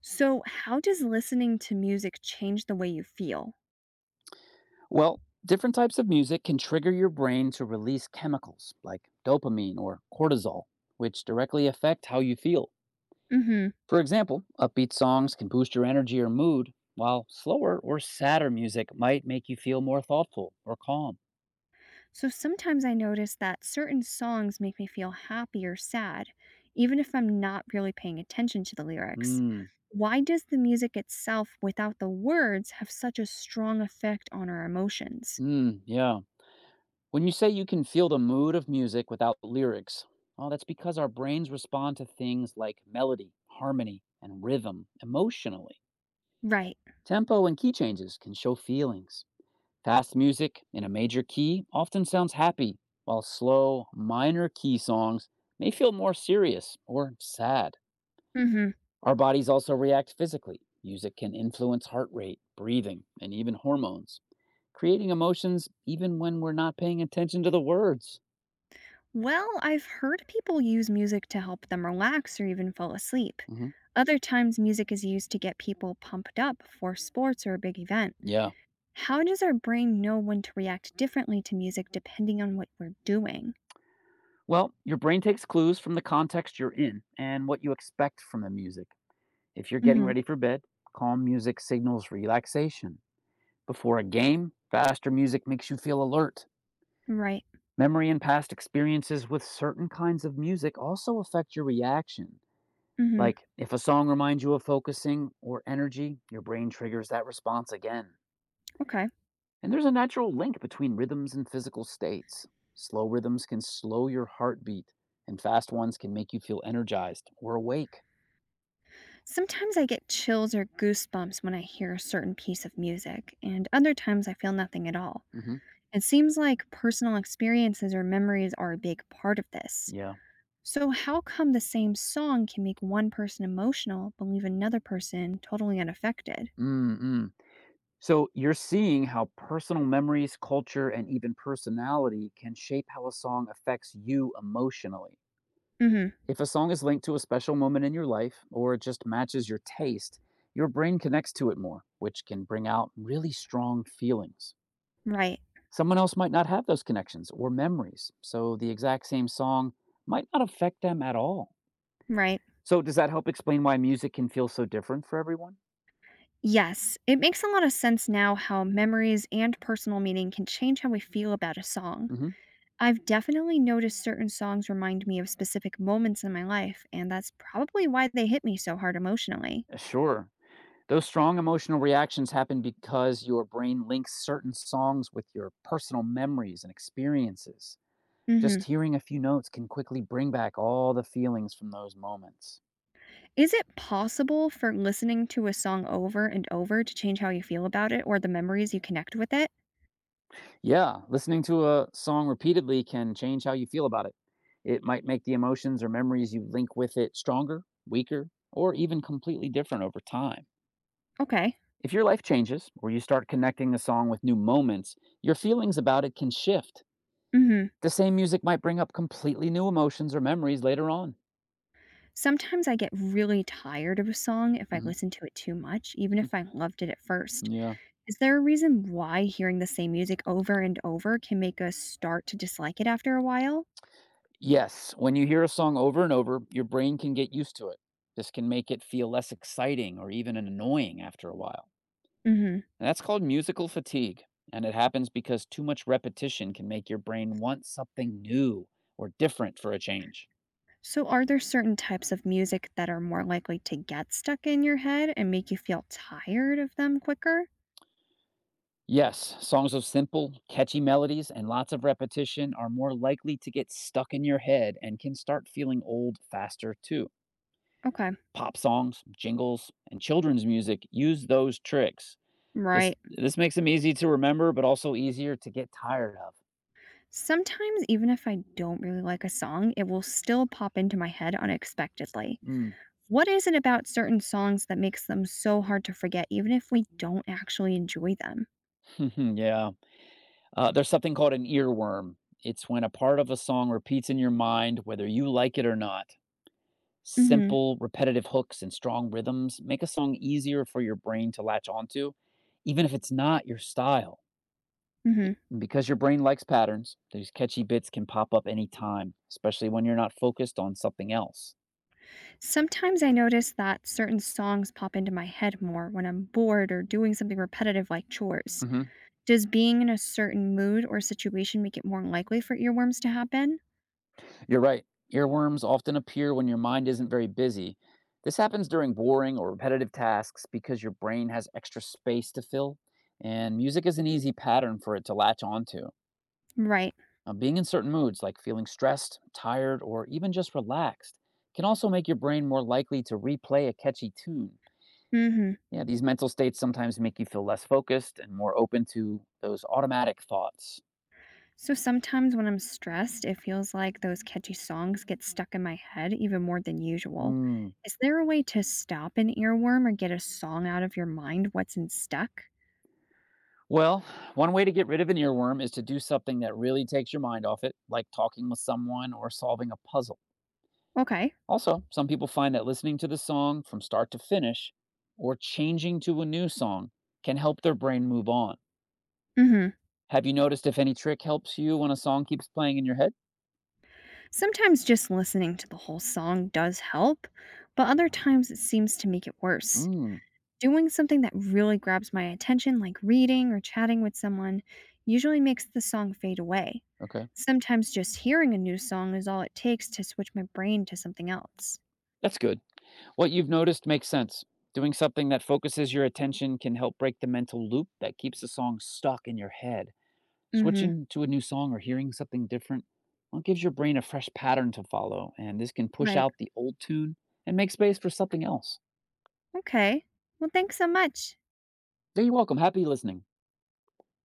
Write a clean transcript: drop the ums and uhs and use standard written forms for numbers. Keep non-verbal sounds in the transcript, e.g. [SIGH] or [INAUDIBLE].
So, how does listening to music change the way you feel? Well, different types of music can trigger your brain to release chemicals like dopamine or cortisol, which directly affect how you feel. Mhm. For example, upbeat songs can boost your energy or mood, while slower or sadder music might make you feel more thoughtful or calm. So sometimes I notice that certain songs make me feel happy or sad, even if I'm not really paying attention to the lyrics. Mm, Why does the music itself, without the words, have such a strong effect on our emotions? mm, yeah. When you say you can feel the mood of music without lyrics, well, that's because our brains respond to things like melody, harmony, and rhythm emotionally. Right. Tempo and key changes can show feelings. Fast music in a major key often sounds happy, while slow, minor key songs may feel more serious or sad. Mhm. Our bodies also react physically. Music can influence heart rate, breathing, and even hormones, creating emotions even when we're not paying attention to the words. Well, I've heard people use music to help them relax or even fall asleep. Hmm. Other times music is used to get people pumped up for sports or a big event. Yeah. How does our brain know when to react differently to music depending on what we're doing? Well, your brain takes clues from the context you're in and what you expect from the music. If you're getting Mhm. ready for bed, calm music signals relaxation. Before a game, faster music makes you feel alert. Right. Memory and past experiences with certain kinds of music also affect your reaction. Mhm. Like, if a song reminds you of focusing or energy, your brain triggers that response again. Okay. And there's a natural link between rhythms and physical states. Slow rhythms can slow your heartbeat, and fast ones can make you feel energized or awake. Sometimes I get chills or goosebumps when I hear a certain piece of music, and other times I feel nothing at all. Hmm. It seems like personal experiences or memories are a big part of this. Yeah. So how come the same song can make one person emotional but leave another person totally unaffected? Mm-mm. So, you're seeing how personal memories, culture, and even personality can shape how a song affects you emotionally. Mhm. If a song is linked to a special moment in your life or it just matches your taste, your brain connects to it more, which can bring out really strong feelings. Right. Someone else might not have those connections or memories, so the exact same song might not affect them at all. Right. So, does that help explain why music can feel so different for everyone? Yes, it makes a lot of sense now how memories and personal meaning can change how we feel about a song. Hmm. I've definitely noticed certain songs remind me of specific moments in my life, and that's probably why they hit me so hard emotionally. Sure. Those strong emotional reactions happen because your brain links certain songs with your personal memories and experiences. Just Hmm. hearing a few notes can quickly bring back all the feelings from those moments. Is it possible for listening to a song over and over to change how you feel about it or the memories you connect with it? Yeah, listening to a song repeatedly can change how you feel about it. It might make the emotions or memories you link with it stronger, weaker, or even completely different over time. Okay. If your life changes or you start connecting the song with new moments, your feelings about it can shift. Hmm. The same music might bring up completely new emotions or memories later on. Sometimes I get really tired of a song if I Mhm. listen to it too much, even if I loved it at first. Yeah. Is there a reason why hearing the same music over and over can make us start to dislike it after a while? Yes, when you hear a song over and over, your brain can get used to it. This can make it feel less exciting or even annoying after a while. Mhm. And that's called musical fatigue. And it happens because too much repetition can make your brain want something new or different for a change. So are there certain types of music that are more likely to get stuck in your head and make you feel tired of them quicker? Yes, songs with simple, catchy melodies and lots of repetition are more likely to get stuck in your head and can start feeling old faster too. Okay. Pop songs, jingles, and children's music use those tricks. This Right. this makes them easy to remember, but also easier to get tired of. Sometimes even if I don't really like a song, it will still pop into my head unexpectedly. Mm. What is it about certain songs that makes them so hard to forget even if we don't actually enjoy them? [LAUGHS] yeah. There's something called an earworm. It's when a part of a song repeats in your mind, whether you like it or not. Mhm. Simple, repetitive hooks and strong rhythms make a song easier for your brain to latch onto, even if it's not your style. Mhm. And because your brain likes patterns, these catchy bits can pop up anytime, especially when you're not focused on something else. Sometimes I notice that certain songs pop into my head more when I'm bored or doing something repetitive like chores. Mhm. Does being in a certain mood or situation make it more likely for earworms to happen? You're right. Earworms often appear when your mind isn't very busy. This happens during boring or repetitive tasks because your brain has extra space to fill, and music is an easy pattern for it to latch onto. Right. Being in certain moods, like feeling stressed, tired, or even just relaxed, can also make your brain more likely to replay a catchy tune. Mhm. Yeah, these mental states sometimes make you feel less focused and more open to those automatic thoughts. So sometimes when I'm stressed, it feels like those catchy songs get stuck in my head even more than usual. Hmm. Is there a way to stop an earworm or get a song out of your mind what's in stuck? Well, one way to get rid of an earworm is to do something that really takes your mind off it, like talking with someone or solving a puzzle. Okay. Also, some people find that listening to the song from start to finish or changing to a new song can help their brain move on. Mhm. Have you noticed if any trick helps you when a song keeps playing in your head? Sometimes just listening to the whole song does help, but other Oh. times it seems to make it worse. Mm. Doing something that really grabs my attention, like reading or chatting with someone, usually makes the song fade away. Okay. Sometimes just hearing a new song is all it takes to switch my brain to something else. That's good. What you've noticed makes sense. Doing something that focuses your attention can help break the mental loop that keeps the song stuck in your head. Mm hmm. Switching to a new song or hearing something different, well, it gives your brain a fresh pattern to follow, and this can push Right. out the old tune and make space for something else. Okay. Well, thanks so much. Yeah, you're welcome. Happy listening.